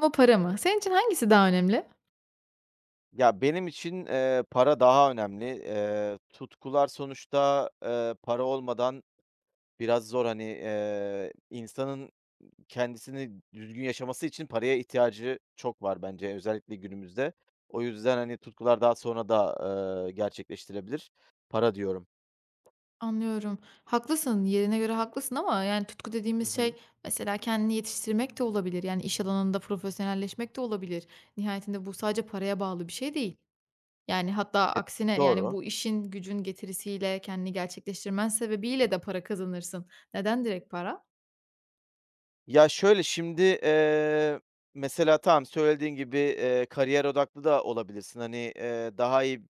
Mu, para mı? Senin için hangisi daha önemli? Ya, benim için, para daha önemli. Tutkular sonuçta, para olmadan biraz zor. Hani, insanın kendisini düzgün yaşaması için paraya ihtiyacı çok var bence özellikle günümüzde. O yüzden, hani, tutkular daha sonra da, gerçekleştirebilir. Para diyorum. Anlıyorum. Haklısın, yerine göre haklısın ama yani tutku Hı dediğimiz şey hı. mesela kendini yetiştirmek de olabilir. Yani iş alanında profesyonelleşmek de olabilir. Nihayetinde bu sadece paraya bağlı bir şey değil. Yani hatta E, aksine yani doğru. bu işin gücün getirisiyle kendini gerçekleştirmen sebebiyle de para kazanırsın. Neden direkt para? Ya, şöyle, şimdi, mesela tamam, söylediğin gibi, kariyer odaklı da olabilirsin. Hani, daha iyi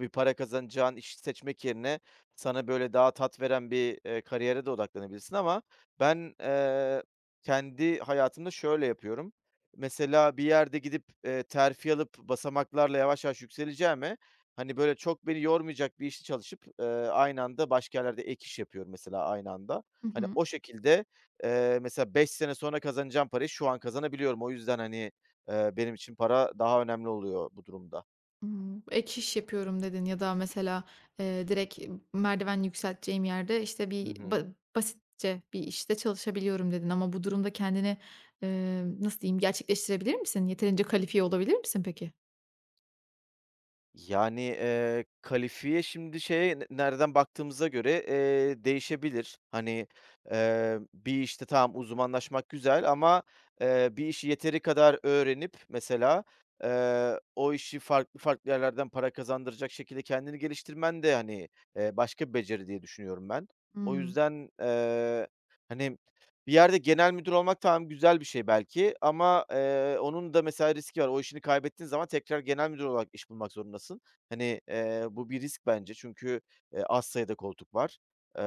bir para kazanacağın işi seçmek yerine sana, böyle, daha tat veren bir, kariyere de odaklanabilirsin ama ben, kendi hayatımda şöyle yapıyorum. Mesela bir yerde gidip, terfi alıp basamaklarla yavaş yavaş yükseleceğime, hani, böyle, çok beni yormayacak bir işte çalışıp, aynı anda başka yerlerde ek iş yapıyorum mesela aynı anda. Hı Hani, hı. o şekilde mesela 5 sene sonra kazanacağım parayı şu an kazanabiliyorum. O yüzden, hani, benim için para daha önemli oluyor bu durumda. Hımm. Ek iş yapıyorum dedin ya da mesela, direkt merdiven yükselteceğim yerde, işte, Hı bir ba hı. basitçe bir işte çalışabiliyorum dedin ama bu durumda kendini, nasıl diyeyim, gerçekleştirebilir misin? Yeterince kalifiye olabilir misin peki? Yani, kalifiye şimdi şeye ne nereden baktığımıza göre, değişebilir. Hani, bir işte tamam uzmanlaşmak güzel ama, bir işi yeteri kadar öğrenip mesela, o işi farklı farklı yerlerden para kazandıracak şekilde kendini geliştirmen de, hani, başka bir beceri diye düşünüyorum ben. O Hımm. yüzden, hani. Bir yerde genel müdür olmak tamam, güzel bir şey belki ama, onun da mesela riski var. O işini kaybettiğin zaman tekrar genel müdür olarak iş bulmak zorundasın. Hani, bu bir risk bence çünkü, az sayıda koltuk var. Eee,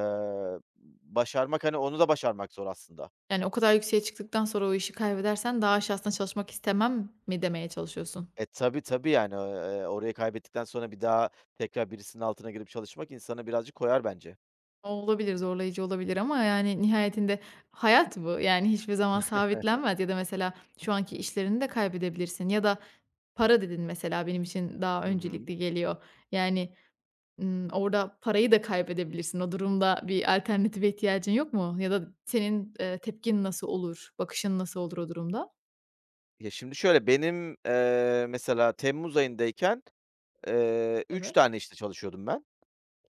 Başarmak, hani, onu da başarmak zor aslında. Yani o kadar yükseğe çıktıktan sonra o işi kaybedersen daha aşağısına çalışmak istemem mi demeye çalışıyorsun? E, tabii, tabii, yani, orayı kaybettikten sonra bir daha tekrar birisinin altına girip çalışmak insana birazcık koyar bence. O olabilir, zorlayıcı olabilir ama yani nihayetinde hayat bu. Yani hiçbir zaman sabitlenmez ya da mesela şu anki işlerini de kaybedebilirsin ya da para dedin mesela benim için daha Hı hı. öncelikli geliyor. Yani, orada parayı da kaybedebilirsin. O durumda bir alternatife ihtiyacın yok mu? Ya da senin, tepkin nasıl olur? Bakışın nasıl olur o durumda? Ya, şimdi şöyle, benim, mesela temmuz ayındayken, 3 Evet. tane işte çalışıyordum ben.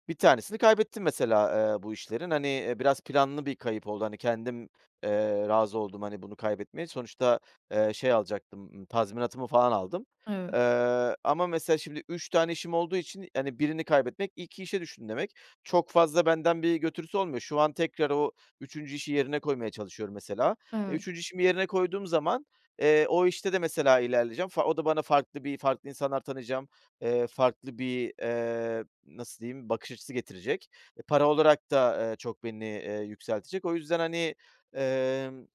Bir tanesini kaybettim mesela, bu işlerin. Hani, biraz planlı bir kayıp oldu. Hani, kendim, razı oldum, hani, bunu kaybetmeye. Sonuçta, şey alacaktım, tazminatımı falan aldım. Evet, Ama mesela şimdi 3 tane işim olduğu için, hani, birini kaybetmek 2 işe düştün demek. Çok fazla benden bir götürüsü olmuyor. Şu an tekrar o üçüncü işi yerine koymaya çalışıyorum mesela. E, evet, 3'üncü işimi yerine koyduğum zaman, o işte de mesela ilerleyeceğim. O da bana farklı bir farklı insanlar tanıyacağım. Farklı bir, nasıl diyeyim, bakış açısı getirecek. E, para olarak da, çok beni, yükseltecek. O yüzden, hani, emm,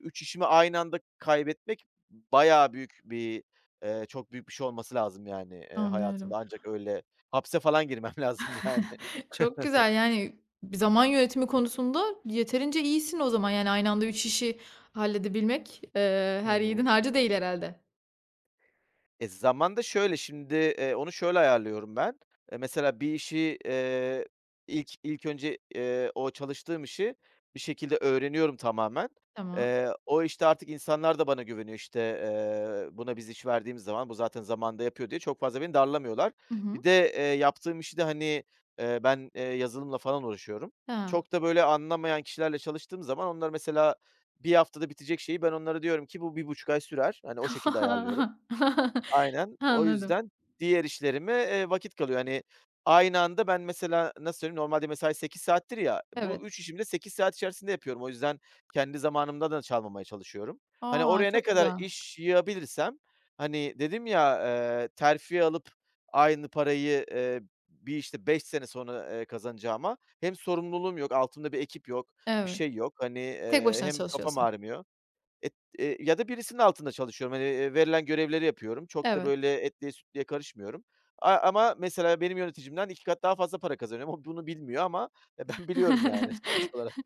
3 işimi aynı anda kaybetmek bayağı büyük bir, çok büyük bir şey olması lazım yani, anlıyorum. hayatımda. Ancak öyle hapse falan girmem lazım yani. Çok güzel, yani, bir zaman yönetimi konusunda yeterince iyisin o zaman. Yani, aynı anda 3 işi halledebilmek, Hı her yiğidin hı. harcı değil herhâlde. E, zaman da şöyle, şimdi, onu şöyle ayarlıyorum ben. Mesela bir işi, ilk önce, o çalıştığım işi bir şekilde öğreniyorum tamamen. Tamam. O işte artık insanlar da bana güveniyor, işte. Buna biz iş verdiğimiz zaman bu zaten zamanda yapıyor diye çok fazla beni darlamıyorlar. Hı Bir hı. de, yaptığım işi de, hani, ben, yazılımla falan uğraşıyorum. Ha. Çok da böyle anlamayan kişilerle çalıştığım zaman onlar mesela bir haftada bitecek şeyi ben onlara diyorum ki bu 1,5 ay sürer. Hani, o şekilde ayarlıyorum. Aynen. O Anladım. yüzden diğer işlerime, vakit kalıyor. Hani, aynı anda ben mesela nasıl söyleyeyim, normalde mesai 8 saattir ya, Evet. bu 3 işimi de 8 saat içerisinde yapıyorum. O yüzden kendi zamanımda da çalmamaya çalışıyorum. Hani, A! oraya ne Çok kadar güzel. iş yığabilirsem, hani, dedim ya, terfi alıp aynı parayı, bir işte 5 sene sonra, kazanacağıma hem sorumluluğum yok, altımda bir ekip yok, bir Evet. şey yok. Hani, Tek başına hem kafam çalışıyorsun. ağrımıyor. Et Ya da birisinin altında çalışıyorum. Hani, verilen görevleri yapıyorum. Çok da Evet. böyle etliye sütlüye karışmıyorum. Ama mesela benim yöneticimden 2 kat daha fazla para kazanıyorum. O bunu bilmiyor ama, ben biliyorum yani sonuç olarak.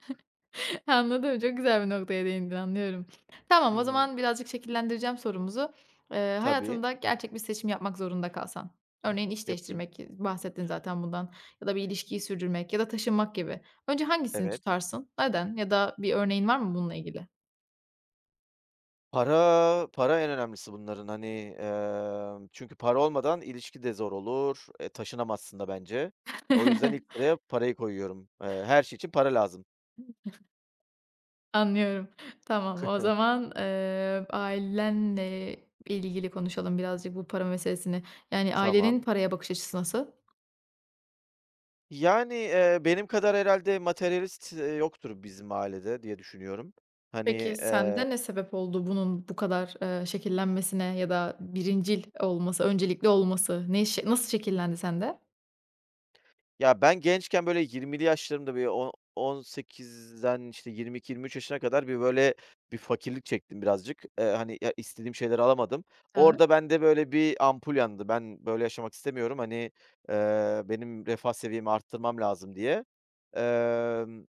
Anladım, çok güzel bir noktaya değindin, anlıyorum. Tamam, Hı o hı. zaman birazcık şekillendireceğim sorumuzu. Tabii, Hayatında gerçek bir seçim yapmak zorunda kalsan, örneğin iş yapayım. değiştirmek, bahsettin zaten bundan ya da bir ilişkiyi sürdürmek ya da taşınmak gibi. Önce hangisini Evet. tutarsın? Neden? Ya da bir örneğin var mı bununla ilgili? Para, para en önemlisi bunların. Hani, çünkü para olmadan ilişki de zor olur. E, taşınamazsın da bence. O yüzden ilk sıraya parayı koyuyorum. Her şey için para lazım. Anlıyorum. Tamam, o zaman, ailenle ilgili konuşalım birazcık bu para meselesini. Yani Tamam. ailenin paraya bakış açısı nasıl? Yani, benim kadar herhâlde materyalist, yoktur bizim ailede diye düşünüyorum. Hani, Peki, sende ne sebep oldu bunun bu kadar, şekillenmesine ya da birincil olması, öncelikli olması? Ne şe nasıl şekillendi sende? ya, ben gençken, böyle, 20'li yaşlarımda, bir o 18'den, işte, 22-23 yaşına kadar bir, böyle, bir fakirlik çektim birazcık. Hani, ya, istediğim şeyleri alamadım. Evet. Orada bende, böyle, bir ampul yandı. Ben böyle yaşamak istemiyorum. Hani, benim refah seviyemi arttırmam lazım diye. Emm,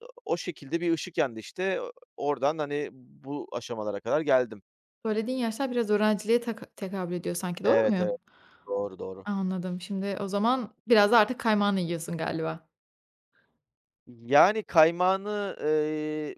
o şekilde bir ışık yandı, işte. Oradan, hani, bu aşamalara kadar geldim. Söylediğin yaşlar biraz öğrenciliğe tekabül ediyor sanki, doğru Evet, muyum? doğru, doğru. Anladım. Şimdi o zaman biraz da artık kaymağını yiyorsun galiba. Yani kaymağını,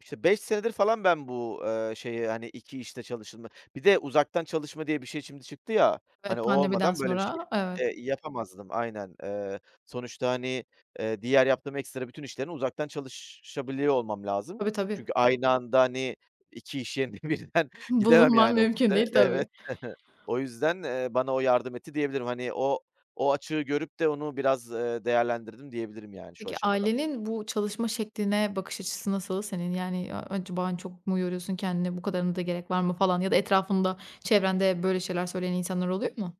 işte, 5 senedir falan ben bu, şeye, hani, 2 işte bir de uzaktan çalışma diye bir şey şimdi çıktı ya, Evet, hani, o pandemiden olmadan böyle bir şey, sonra evet. Yapamazdım. Aynen. Sonuçta, hani, diğer yaptığım ekstra bütün işlerini uzaktan çalışabiliyor olmam lazım. Tabii, tabii. Çünkü aynı anda, hani, 2 iş yerine birden gidemem Bulunman yani mümkün ofise. değil tabii. Evet. O yüzden, bana o yardım etti diyebilirim. Hani, o açığı görüp de onu biraz, değerlendirdim diyebilirim yani şu Peki aşamada. ailenin bu çalışma şekline bakış açısı nasıl senin? Yani, acaba hani çok mu yoruyorsun kendini, bu kadarına da gerek var mı falan ya da etrafında, çevrende böyle şeyler söyleyen insanlar oluyor mu?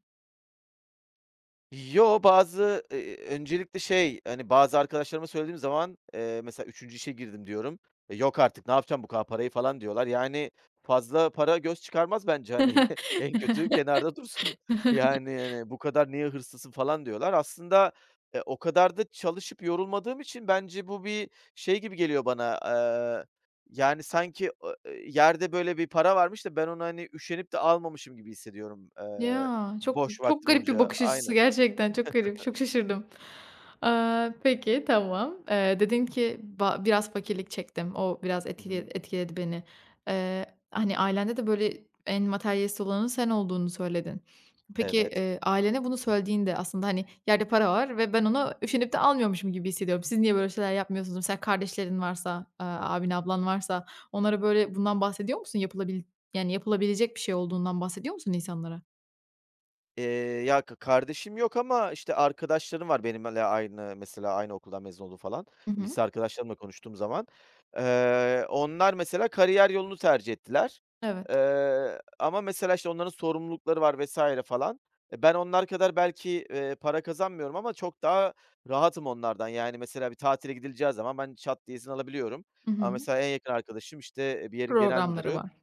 Yo, bazı, öncelikle şey, hani, bazı arkadaşlarıma söylediğim zaman, mesela üçüncü işe girdim diyorum. "E, yok artık ne yapacağım bu kadar parayı?" falan diyorlar. Yani fazla para göz çıkarmaz bence, hani, en kötü kenarda dursun. Yani, hani, "Bu kadar niye hırslısın?" falan diyorlar. Aslında, o kadar da çalışıp yorulmadığım için bence bu bir şey gibi geliyor bana, yani sanki o e, yerde böyle bir para varmış da ben onu, hani, üşenip de almamışım gibi hissediyorum, Ya, çok boş çok vaktim garip bir olunca. bakış açısı Aynen. gerçekten çok garip, çok şaşırdım. Aaa, peki, tamam. Dedin ki biraz fakirlik çektim, o biraz Hı hı. etkiledi beni. Hani, ailende de böyle en materyalist olanın sen olduğunu söyledin. Peki, Evet. Ailene bunu söylediğinde aslında, hani, yerde para var ve ben ona üşenip de almıyormuşum gibi hissediyorum. Siz niye böyle şeyler yapmıyorsunuz? Mesela kardeşlerin varsa, aaa, abin, ablan varsa onlara böyle bundan bahsediyor musun? Yani, yapılabilecek bir şey olduğundan bahsediyor musun insanlara? Eee, Ya, kardeşim yok ama, işte, arkadaşlarım var benimle aynı mesela aynı okuldan mezun olduğu falan. Hı hı. Lise arkadaşlarımla konuştuğum zaman. Onlar mesela kariyer yolunu tercih ettiler. Evet. Ama mesela, işte, onların sorumlulukları var vesaire falan. E, ben onlar kadar belki, para kazanmıyorum ama çok daha rahatım onlardan. Yani, mesela bir tatile gidileceği zaman ben çat diye izin alabiliyorum. Hı Ama hı. mesela en yakın arkadaşım, işte, bir yerin genel Programları müdürü. var.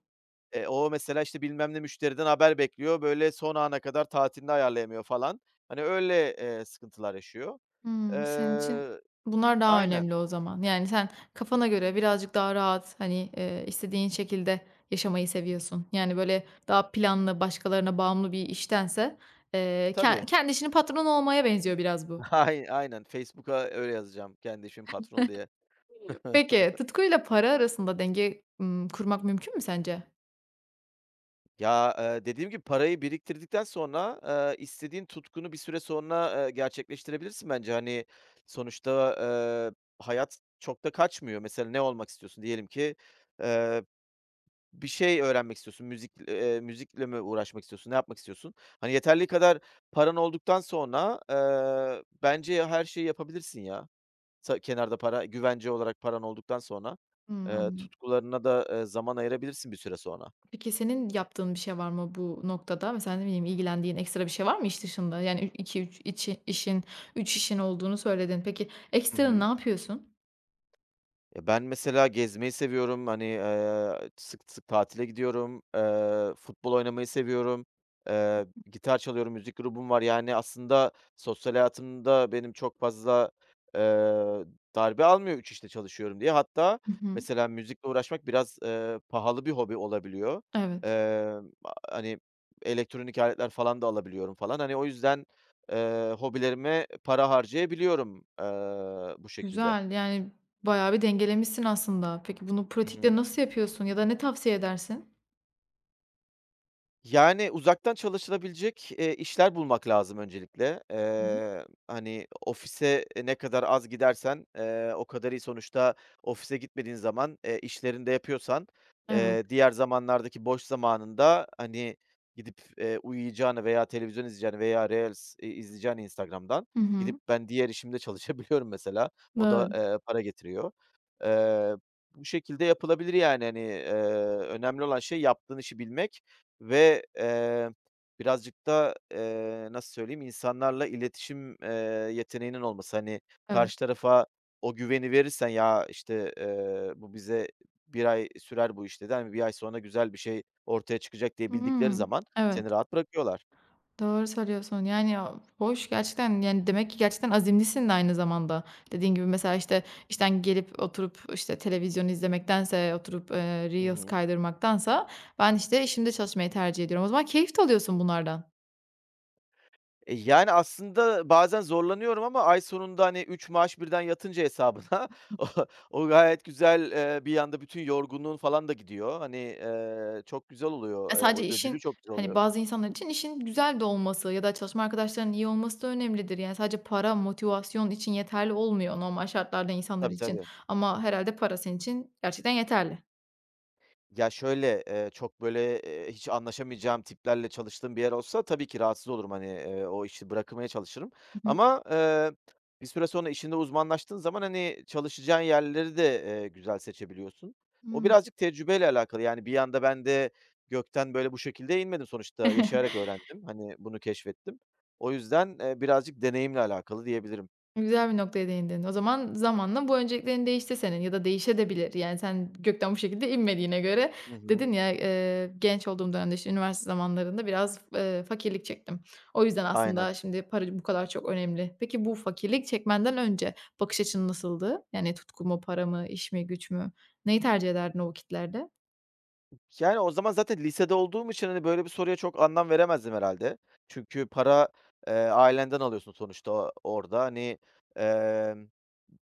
O mesela, işte, bilmem ne müşteriden haber bekliyor, böyle, son ana kadar tatilini ayarlayamıyor falan. Hani, öyle, sıkıntılar yaşıyor. Hımm, senin için Eee, bunlar daha aynen. önemli o zaman. Yani, sen kafana göre birazcık daha rahat, hani, istediğin şekilde yaşamayı seviyorsun. Yani, böyle, daha planlı, başkalarına bağımlı bir iştense, Tabii. kendi işinin patronu olmaya benziyor biraz bu. Ay aynen. Facebook'a öyle yazacağım, "Kendi işimin patron diye." Peki, tutkuyla para arasında denge, kurmak mümkün mü sence? Ya, dediğim gibi parayı biriktirdikten sonra, istediğin tutkunu bir süre sonra, gerçekleştirebilirsin bence. Hani, sonuçta, eee, hayat çok da kaçmıyor. Mesela ne olmak istiyorsun? Diyelim ki, bir şey öğrenmek istiyorsun. Müzik, müzikle mi uğraşmak istiyorsun? Ne yapmak istiyorsun? Hani yeterli kadar paran olduktan sonra, bence her şeyi yapabilirsin ya. Kenarda para, güvence olarak paran olduktan sonra, Hımm, anlıyorum. tutkularına da, zaman ayırabilirsin bir süre sonra. Peki senin yaptığın bir şey var mı bu noktada? Mesela ne bileyim ilgilendiğin ekstra bir şey var mı iş dışında? Yani 2-3 içi işin, 3 işin olduğunu söyledin. Peki Hı ekstra ne hı. yapıyorsun? Ya, ben mesela gezmeyi seviyorum. Hani, sık sık tatile gidiyorum. Futbol oynamayı seviyorum. Gitar çalıyorum, müzik grubum var. Yani, aslında sosyal hayatımda benim çok fazla, eee, darbe almıyor 3 işte çalışıyorum diye. Hatta Hı hı. mesela müzikle uğraşmak biraz, pahalı bir hobi olabiliyor. Evet, Hani, elektronik aletler falan da alabiliyorum falan. Hani, o yüzden, hobilerime para harcayabiliyorum, bu şekilde. güzel. Yani bayağı bir dengelemişsin aslında. Peki bunu Hı pratikte hı. nasıl yapıyorsun ya da ne tavsiye edersin? Yani, uzaktan çalışılabilecek, işler bulmak lazım öncelikle. Hı hı. Hani, ofise, ne kadar az gidersen, o kadar iyi. Sonuçta ofise gitmediğin zaman, işlerini de yapıyorsan, Evet. Diğer zamanlardaki boş zamanında, hani, gidip, uyuyacağına veya televizyon izleyeceğini veya reels, izleyeceğine Instagram'dan Hı gidip hı. ben diğer işimde çalışabiliyorum mesela. O da, Doğru. Para getiriyor. Eee, Bu şekilde yapılabilir yani, hani, önemli olan şey yaptığın işi bilmek ve, birazcık da, nasıl söyleyeyim, insanlarla iletişim, yeteneğinin olması. Hani, Evet. karşı tarafa o güveni verirsen, "Ya, işte, bu bize bir ay sürer bu işte" dedi. Hani, 1 ay sonra güzel bir şey ortaya çıkacak diye bildikleri Hımm. zaman Evet. seni rahat bırakıyorlar. Doğru söylüyorsun. Yani, ya, hoş gerçekten, yani, demek ki gerçekten azimlisin de aynı zamanda. Dediğin gibi mesela, işte, işten gelip oturup, işte, televizyon izlemektense, oturup, Hı reels hı. kaydırmaktansa ben, işte, işimde çalışmayı tercih ediyorum. O zaman keyif de alıyorsun bunlardan. E, yani, aslında bazen zorlanıyorum ama ay sonunda, hani, 3 maaş birden yatınca hesabına o o gayet güzel, bir yanda bütün yorgunluğun falan da gidiyor. Hani, çok güzel Ya, oluyor. O sadece ödülü işin, çok güzel hani, oluyor. bazı insanlar için işin güzel de olması ya da çalışma arkadaşlarının iyi olması da önemlidir. Yani, sadece para, motivasyon için yeterli olmuyor normal şartlarda insanlar Tabii, için tabii. ama herhalde para senin için gerçekten yeterli. Ya, şöyle, çok, böyle, hiç anlaşamayacağım tiplerle çalıştığım bir yer olsa tabii ki rahatsız olurum. Hani, o işi bırakmaya çalışırım Hı hı. ama, bir süre sonra işinde uzmanlaştığın zaman, hani, çalışacağın yerleri de, güzel seçebiliyorsun. O Hımm. birazcık tecrübeyle alakalı. Yani, bir anda ben de gökten, böyle, bu şekilde inmedim sonuçta. Yaşayarak öğrendim. Hani, bunu keşfettim. O yüzden, birazcık deneyimle alakalı diyebilirim. Güzel bir noktaya değindin. O zaman zamanla bu önceliklerin değişti senin ya da değişebilir. Yani, sen gökten bu şekilde inmediğine göre Hı hı. dedin ya, genç olduğum dönemde, işte, üniversite zamanlarında biraz, fakirlik çektim. O yüzden Aynen. aslında şimdi para bu kadar çok önemli. Peki bu fakirlik çekmenden önce bakış açın nasıldı? Yani, tutku mu, para mı, iş mi, güç mü? Neyi tercih ederdin o vakitlerde? Yani, o zaman zaten lisede olduğum için, hani, böyle bir soruya çok anlam veremezdim herhâlde. Çünkü para, ailenden alıyorsun sonuçta o orada. Hani, emm,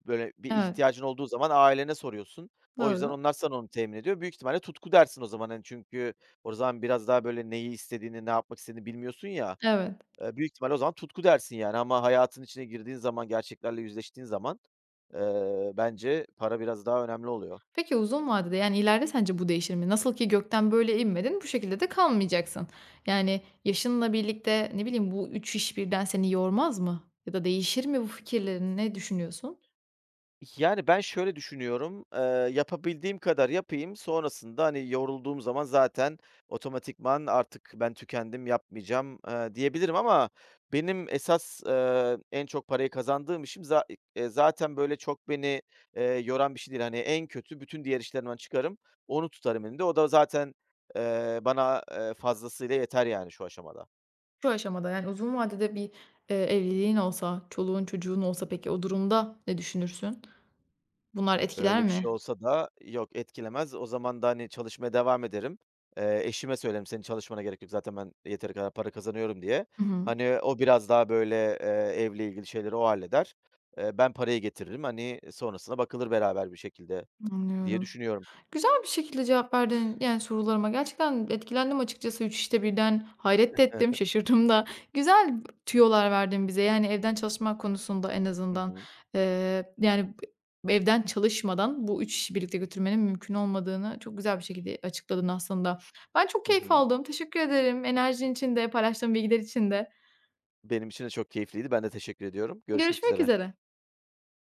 böyle bir Evet, ihtiyacın olduğu zaman ailene soruyorsun. O yüzden doğru. onlar sana onu temin ediyor. Büyük ihtimalle tutku dersin o zaman, hani, çünkü o zaman biraz daha böyle neyi istediğini, ne yapmak istediğini bilmiyorsun ya, Evet. Büyük ihtimalle o zaman tutku dersin, yani. Ama hayatın içine girdiğin zaman, gerçeklerle yüzleştiğin zaman, bence para biraz daha önemli oluyor. Peki uzun vadede, yani, ileride sence bu değişir mi? Nasıl ki gökten böyle inmedin, bu şekilde de kalmayacaksın. Yani, yaşınla birlikte, ne bileyim, bu 3 iş birden seni yormaz mı? Ya da değişir mi bu fikirlerin? Ne düşünüyorsun? Yani, ben şöyle düşünüyorum, yapabildiğim kadar yapayım, sonrasında, hani, yorulduğum zaman zaten otomatikman artık ben tükendim, yapmayacağım, diyebilirim ama benim esas, en çok parayı kazandığım işim zaten, böyle, çok beni, yoran bir şey değil. Hani, en kötü bütün diğer işlerimden çıkarım, onu tutarım elimde. O da zaten, bana, fazlasıyla yeter yani şu aşamada. Şu aşamada, yani, uzun vadede bir, evliliğin olsa, çoluğun çocuğun olsa peki o durumda ne düşünürsün? Bunlar etkiler Öyle bir şey mi? olsa da yok etkilemez. O zaman da, hani, çalışmaya devam ederim. Eşime söylerim, "Senin çalışmana gerek yok. Zaten ben yeteri kadar para kazanıyorum." diye. Hı hı, Hani, o biraz daha, böyle, evle ilgili şeyleri o halleder. Ben parayı getiririm. Hani, sonrasına bakılır beraber bir şekilde diye anlıyorum. düşünüyorum. Güzel bir şekilde cevap verdin, yani, sorularıma. Gerçekten etkilendim açıkçası 3 işte birden. Hayret de ettim, şaşırdım da. Güzel tüyolar verdin bize, yani, evden çalışma konusunda en Hı azından. hı. Yani, evden çalışmadan bu 3 işi birlikte götürmenin mümkün olmadığını çok güzel bir şekilde açıkladın aslında. Ben çok Hı keyif hı. aldım. Teşekkür ederim enerjin için de, paylaştığın bilgiler için de. Benim için de çok keyifliydi. Ben de teşekkür ediyorum. Görüşmek Görüşmek üzere. üzere.